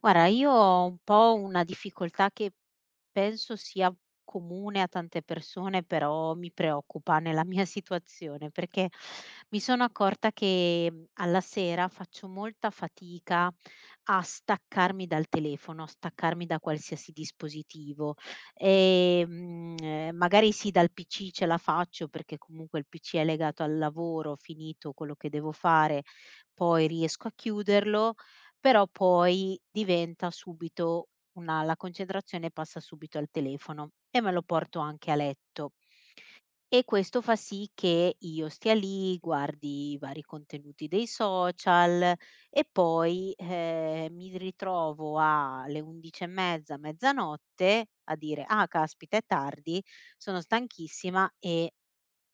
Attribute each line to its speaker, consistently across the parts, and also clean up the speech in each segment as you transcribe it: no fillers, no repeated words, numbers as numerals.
Speaker 1: Guarda, io ho un po' una difficoltà che penso sia comune a tante persone, però mi preoccupa nella mia situazione, perché mi sono accorta che alla sera faccio molta fatica a staccarmi dal telefono, a staccarmi da qualsiasi dispositivo. E, magari sì, dal PC ce la faccio perché comunque il PC è legato al lavoro, ho finito quello che devo fare, poi riesco a chiuderlo, però poi diventa subito una la concentrazione passa subito al telefono e me lo porto anche a letto. E questo fa sì che io stia lì, guardi i vari contenuti dei social e poi, mi ritrovo alle 11 e mezza, mezzanotte a dire: "Ah, caspita, è tardi, sono stanchissima e"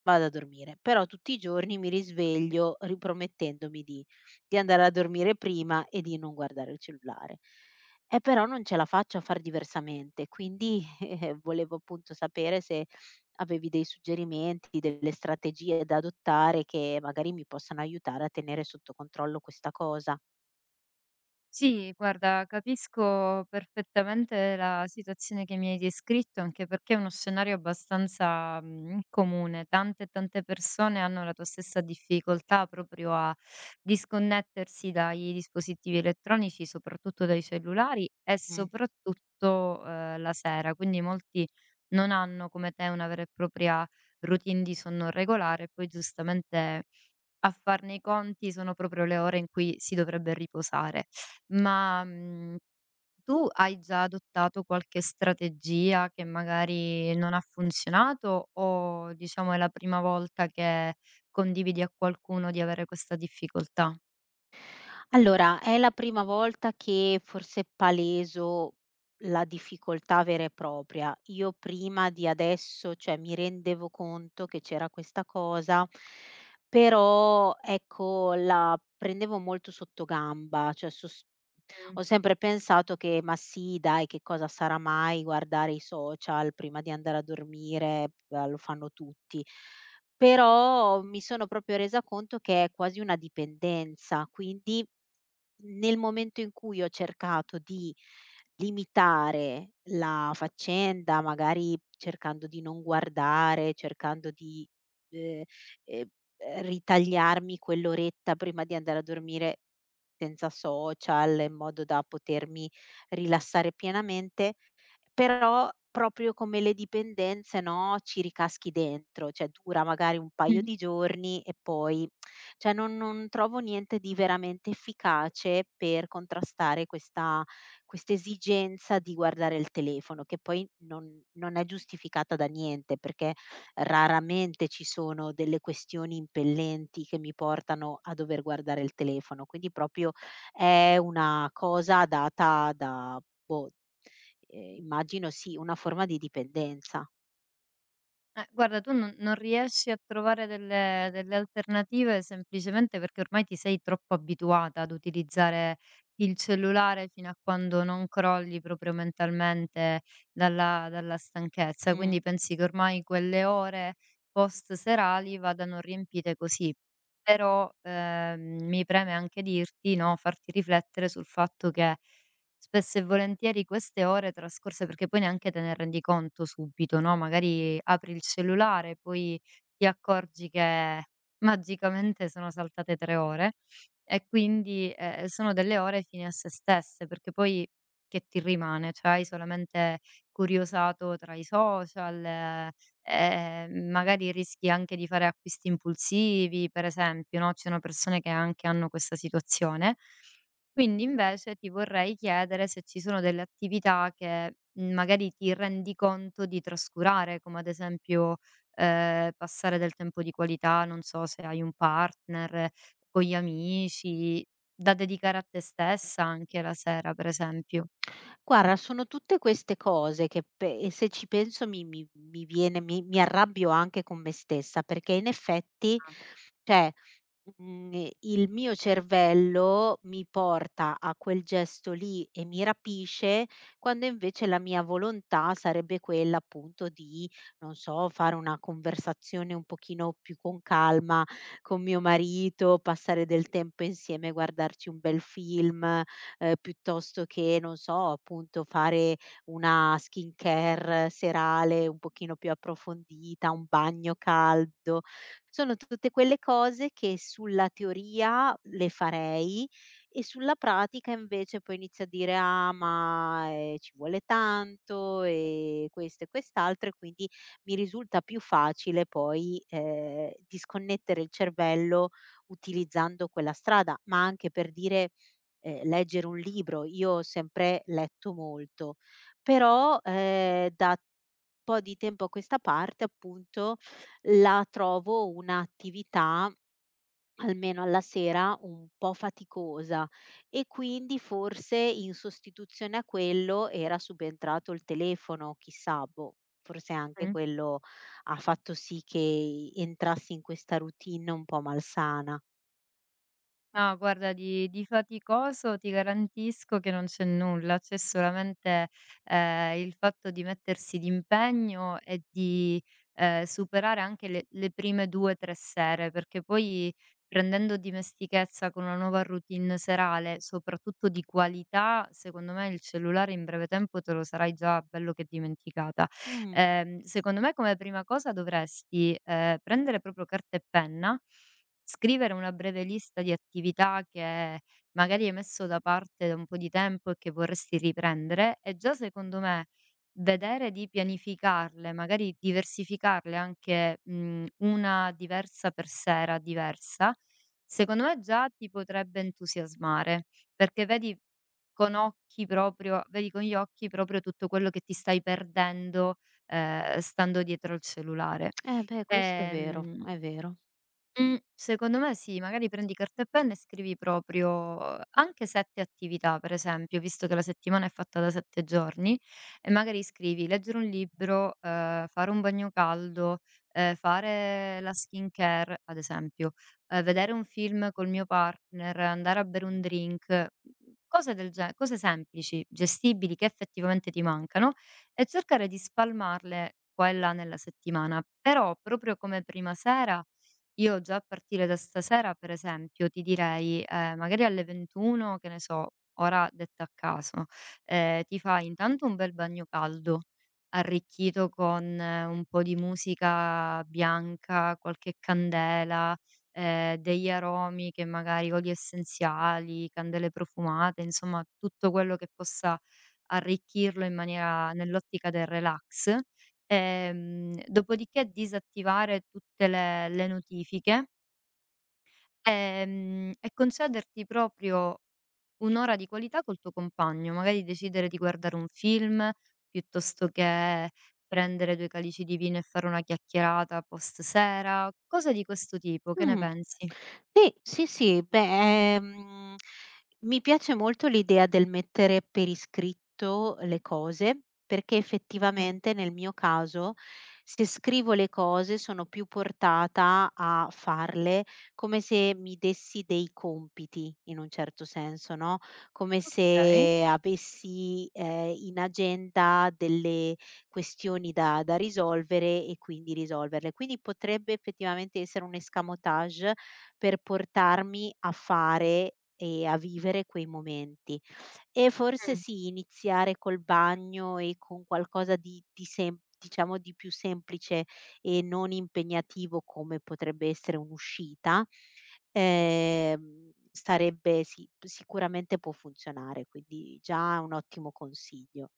Speaker 1: vado a dormire, però tutti i giorni mi risveglio ripromettendomi di andare a dormire prima e di non guardare il cellulare. Però non ce la faccio a far diversamente, quindi, volevo appunto sapere se avevi dei suggerimenti, delle strategie da adottare che magari mi possano aiutare a tenere sotto controllo questa cosa.
Speaker 2: Sì, guarda, capisco perfettamente la situazione che mi hai descritto, anche perché è uno scenario abbastanza comune. Tante e tante persone hanno la tua stessa difficoltà proprio a disconnettersi dai dispositivi elettronici, soprattutto dai cellulari e
Speaker 1: Mh.
Speaker 2: soprattutto la sera. Quindi molti non hanno come te una vera e propria routine di sonno regolare, e poi giustamente a farne i conti sono proprio le ore in cui si dovrebbe riposare. Ma, tu hai già adottato qualche strategia che magari non ha funzionato o diciamo è la prima volta che condividi a qualcuno di avere questa difficoltà?
Speaker 1: Allora, è la prima volta che forse paleso la difficoltà vera e propria. Io prima di adesso, cioè, mi rendevo conto che c'era questa cosa, però ecco la prendevo molto sottogamba, cioè
Speaker 2: Mh.
Speaker 1: ho sempre pensato che ma sì, dai, che cosa sarà mai guardare i social prima di andare a dormire, lo fanno tutti. Però mi sono proprio resa conto che è quasi una dipendenza, quindi nel momento in cui ho cercato di limitare la faccenda, magari cercando di non guardare, cercando di, ehm, ehm, ritagliarmi quell'oretta prima di andare a dormire senza social, in modo da potermi rilassare pienamente, però proprio come le dipendenze, no, ci ricaschi dentro, cioè dura magari un paio di giorni e poi, cioè, non trovo niente di veramente efficace per contrastare questa esigenza di guardare il telefono, che poi non è giustificata da niente, perché raramente ci sono delle questioni impellenti che mi portano a dover guardare il telefono. Quindi proprio è una cosa data da boh. Immagino sì, una forma di dipendenza.
Speaker 2: Guarda tu non riesci a trovare delle alternative semplicemente perché ormai ti sei troppo abituata ad utilizzare il cellulare fino a quando non crolli proprio mentalmente dalla stanchezza,
Speaker 1: Mh.
Speaker 2: quindi pensi che ormai quelle ore post serali vadano riempite così. Però, mi preme anche dirti, no, farti riflettere sul fatto che spesso e volentieri queste ore trascorse perché poi neanche te ne rendi conto subito, no, magari apri il cellulare e poi ti accorgi che magicamente sono saltate 3 ore e quindi, sono delle ore fini a sé stesse, perché poi che ti rimane? Cioè hai solamente curiosato tra i social, magari rischi anche di fare acquisti impulsivi, per esempio, no, ci sono persone che anche hanno questa situazione. Quindi invece ti vorrei chiedere se ci sono delle attività che, magari ti rendi conto di trascurare, come ad esempio, passare del tempo di qualità, non so se hai un partner, con gli amici, da dedicare a te stessa anche la sera per esempio.
Speaker 1: Guarda, sono tutte queste cose che pe e se ci penso mi mi mi viene mi mi arrabbio anche con me stessa, perché in effetti,
Speaker 2: Ah.
Speaker 1: cioè, il mio cervello mi porta a quel gesto lì e mi rapisce, quando invece la mia volontà sarebbe quella appunto di, non so, fare una conversazione un pochino più con calma con mio marito, passare del tempo insieme, guardarci un bel film, piuttosto che, non so, appunto fare una skincare serale un pochino più approfondita, un bagno caldo. Sono tutte quelle cose che sulla teoria le farei e sulla pratica invece poi inizio a dire: "Ah, ma, ci vuole tanto e questo e quest'altro", e quindi mi risulta più facile poi, disconnettere il cervello utilizzando quella strada, ma anche per dire, leggere un libro. Io ho sempre letto molto, però, da un po' di tempo a questa parte appunto, la trovo un'attività, almeno alla sera, un po' faticosa, e quindi forse in sostituzione a quello era subentrato il telefono, chissà, boh, forse anche
Speaker 2: Mh.
Speaker 1: quello ha fatto sì che entrassi in questa routine un po' malsana.
Speaker 2: No, guarda di faticoso ti garantisco che non c'è nulla, c'è solamente, il fatto di mettersi d'impegno e di, superare anche le prime 2, 3 sere, perché poi prendendo dimestichezza con una nuova routine serale, soprattutto di qualità, secondo me il cellulare in breve tempo te lo sarai già bello che dimenticata.
Speaker 1: Mh,
Speaker 2: Secondo me come prima cosa dovresti, prendere proprio carta e penna. Scrivere una breve lista di attività che magari hai messo da parte da un po' di tempo e che vorresti riprendere e già secondo me vedere di pianificarle, magari diversificarle anche, una diversa per sera diversa, secondo me già ti potrebbe entusiasmare, perché vedi con gli occhi proprio tutto quello che ti stai perdendo, stando dietro al cellulare.
Speaker 1: eh beh, questo è vero,
Speaker 2: Ehm
Speaker 1: è vero.
Speaker 2: secondo me sì, magari prendi carta e penna e scrivi proprio anche 7 attività, per esempio, visto che la settimana è fatta da 7 giorni, e magari scrivi: leggere un libro, fare un bagno caldo, fare la skincare, ad esempio, vedere un film col mio partner, andare a bere un drink, cose del ge cose semplici, gestibili, che effettivamente ti mancano, e cercare di spalmarle qua e là nella settimana. Però proprio come prima sera io già a partire da stasera, per esempio, ti direi, magari alle 21, che ne so, ora detta a caso, ti fai intanto un bel bagno caldo, arricchito con un po' di musica bianca, qualche candela, degli aromi che magari oli essenziali, candele profumate, insomma tutto quello che possa arricchirlo in maniera nell'ottica del relax. Dopodiché disattivare tutte le notifiche, e concederti proprio un'ora di qualità col tuo compagno, magari decidere di guardare un film, piuttosto che prendere 2 calici di vino e fare una chiacchierata post sera, cose di questo tipo, che ne
Speaker 1: Mh.
Speaker 2: pensi?
Speaker 1: Sì, sì, sì, beh, mi piace molto l'idea del mettere per iscritto le cose, perché
Speaker 2: Mh,
Speaker 1: effettivamente nel mio caso, se scrivo le cose sono più portata a farle, come se mi dessi dei compiti in un certo senso, no, come
Speaker 2: okay.
Speaker 1: se avessi, in agenda delle questioni da risolvere e quindi risolverle. Quindi potrebbe effettivamente essere un escamotage per portarmi a fare e a vivere quei momenti. E forse
Speaker 2: Mh.
Speaker 1: sì, iniziare col bagno e con qualcosa di sem diciamo di più semplice e non impegnativo come potrebbe essere un'uscita, sarebbe sì, sicuramente può funzionare, quindi già un ottimo consiglio.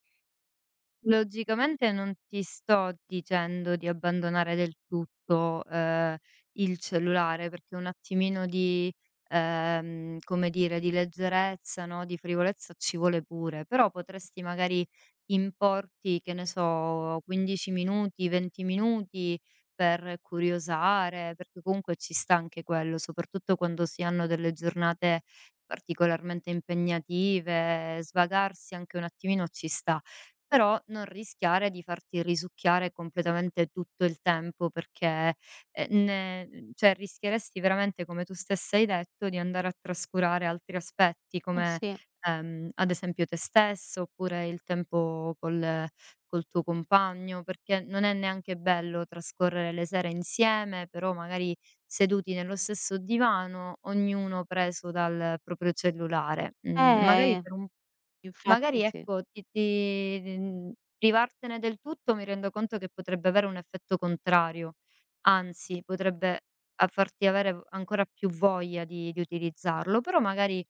Speaker 2: Logicamente non ti sto dicendo di abbandonare del tutto, il cellulare, perché un attimino di, come dire, di leggerezza, no, di frivolezza ci vuole pure, però potresti magari importi, che ne so, 15 minuti, 20 minuti per curiosare, perché comunque ci sta anche quello, soprattutto quando si hanno delle giornate particolarmente impegnative, svagarsi anche un attimino ci sta. Però non rischiare di farti risucchiare completamente tutto il tempo perché, cioè rischieresti veramente, come tu stessa hai detto, di andare a trascurare altri aspetti
Speaker 1: Eh
Speaker 2: come,
Speaker 1: sì.
Speaker 2: ad esempio te stesso, oppure il tempo col tuo compagno, perché non è neanche bello trascorrere le sere insieme, però magari seduti nello stesso divano, ognuno preso dal proprio cellulare. Mhmm, magari
Speaker 1: eh
Speaker 2: per un
Speaker 1: Infatti,
Speaker 2: Magari
Speaker 1: sì.
Speaker 2: ecco, privartene del tutto mi rendo conto che potrebbe avere un effetto contrario, anzi potrebbe a farti avere v ancora più voglia di utilizzarlo, però magari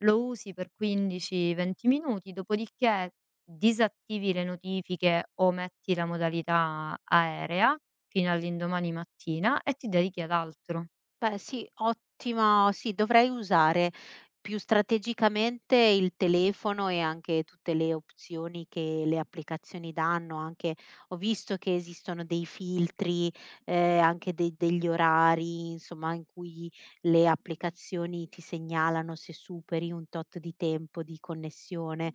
Speaker 2: lo usi per 15, 20 minuti, dopodiché disattivi le notifiche o metti la modalità aerea fino all'indomani mattina e ti dedichi ad altro.
Speaker 1: Beh sì, ottima, sì, dovrei usare più strategicamente il telefono e anche tutte le opzioni che le applicazioni danno, anche ho visto che esistono dei filtri, anche de degli orari, insomma, in cui le applicazioni ti segnalano se superi un tot di tempo di connessione.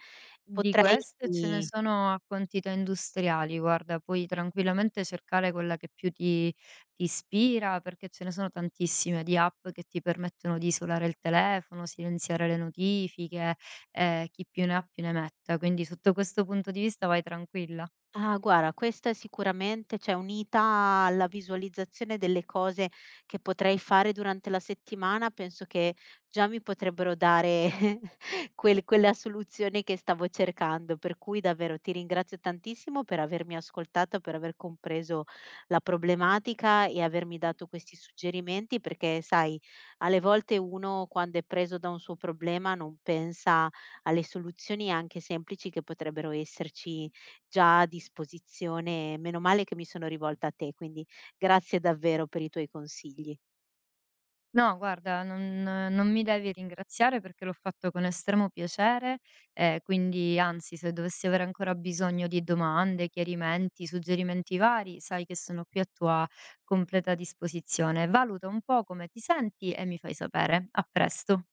Speaker 2: Di
Speaker 1: Potrei.
Speaker 2: queste ce ne sono a quantità industriali, guarda, puoi tranquillamente cercare quella che più ti ispira, perché ce ne sono tantissime di app che ti permettono di isolare il telefono, silenziare le notifiche, chi più ne ha più ne metta. Quindi sotto questo punto di vista vai tranquilla.
Speaker 1: Ah, guarda, questa è sicuramente, cioè unita alla visualizzazione delle cose che potrei fare durante la settimana, penso che già mi potrebbero dare quella soluzione che stavo cercando. Per cui davvero ti ringrazio tantissimo per avermi ascoltato, per aver compreso la problematica e avermi dato questi suggerimenti, perché sai, alle volte uno quando è preso da un suo problema non pensa alle soluzioni anche semplici che potrebbero esserci già a disposizione. Meno male che mi sono rivolta a te, quindi grazie davvero per i tuoi consigli.
Speaker 2: No, guarda, non mi devi ringraziare perché l'ho fatto con estremo piacere, quindi anzi, se dovessi avere ancora bisogno di domande, chiarimenti, suggerimenti vari, sai che sono qui a tua completa disposizione. Valuta un po' come ti senti e mi fai sapere. A presto.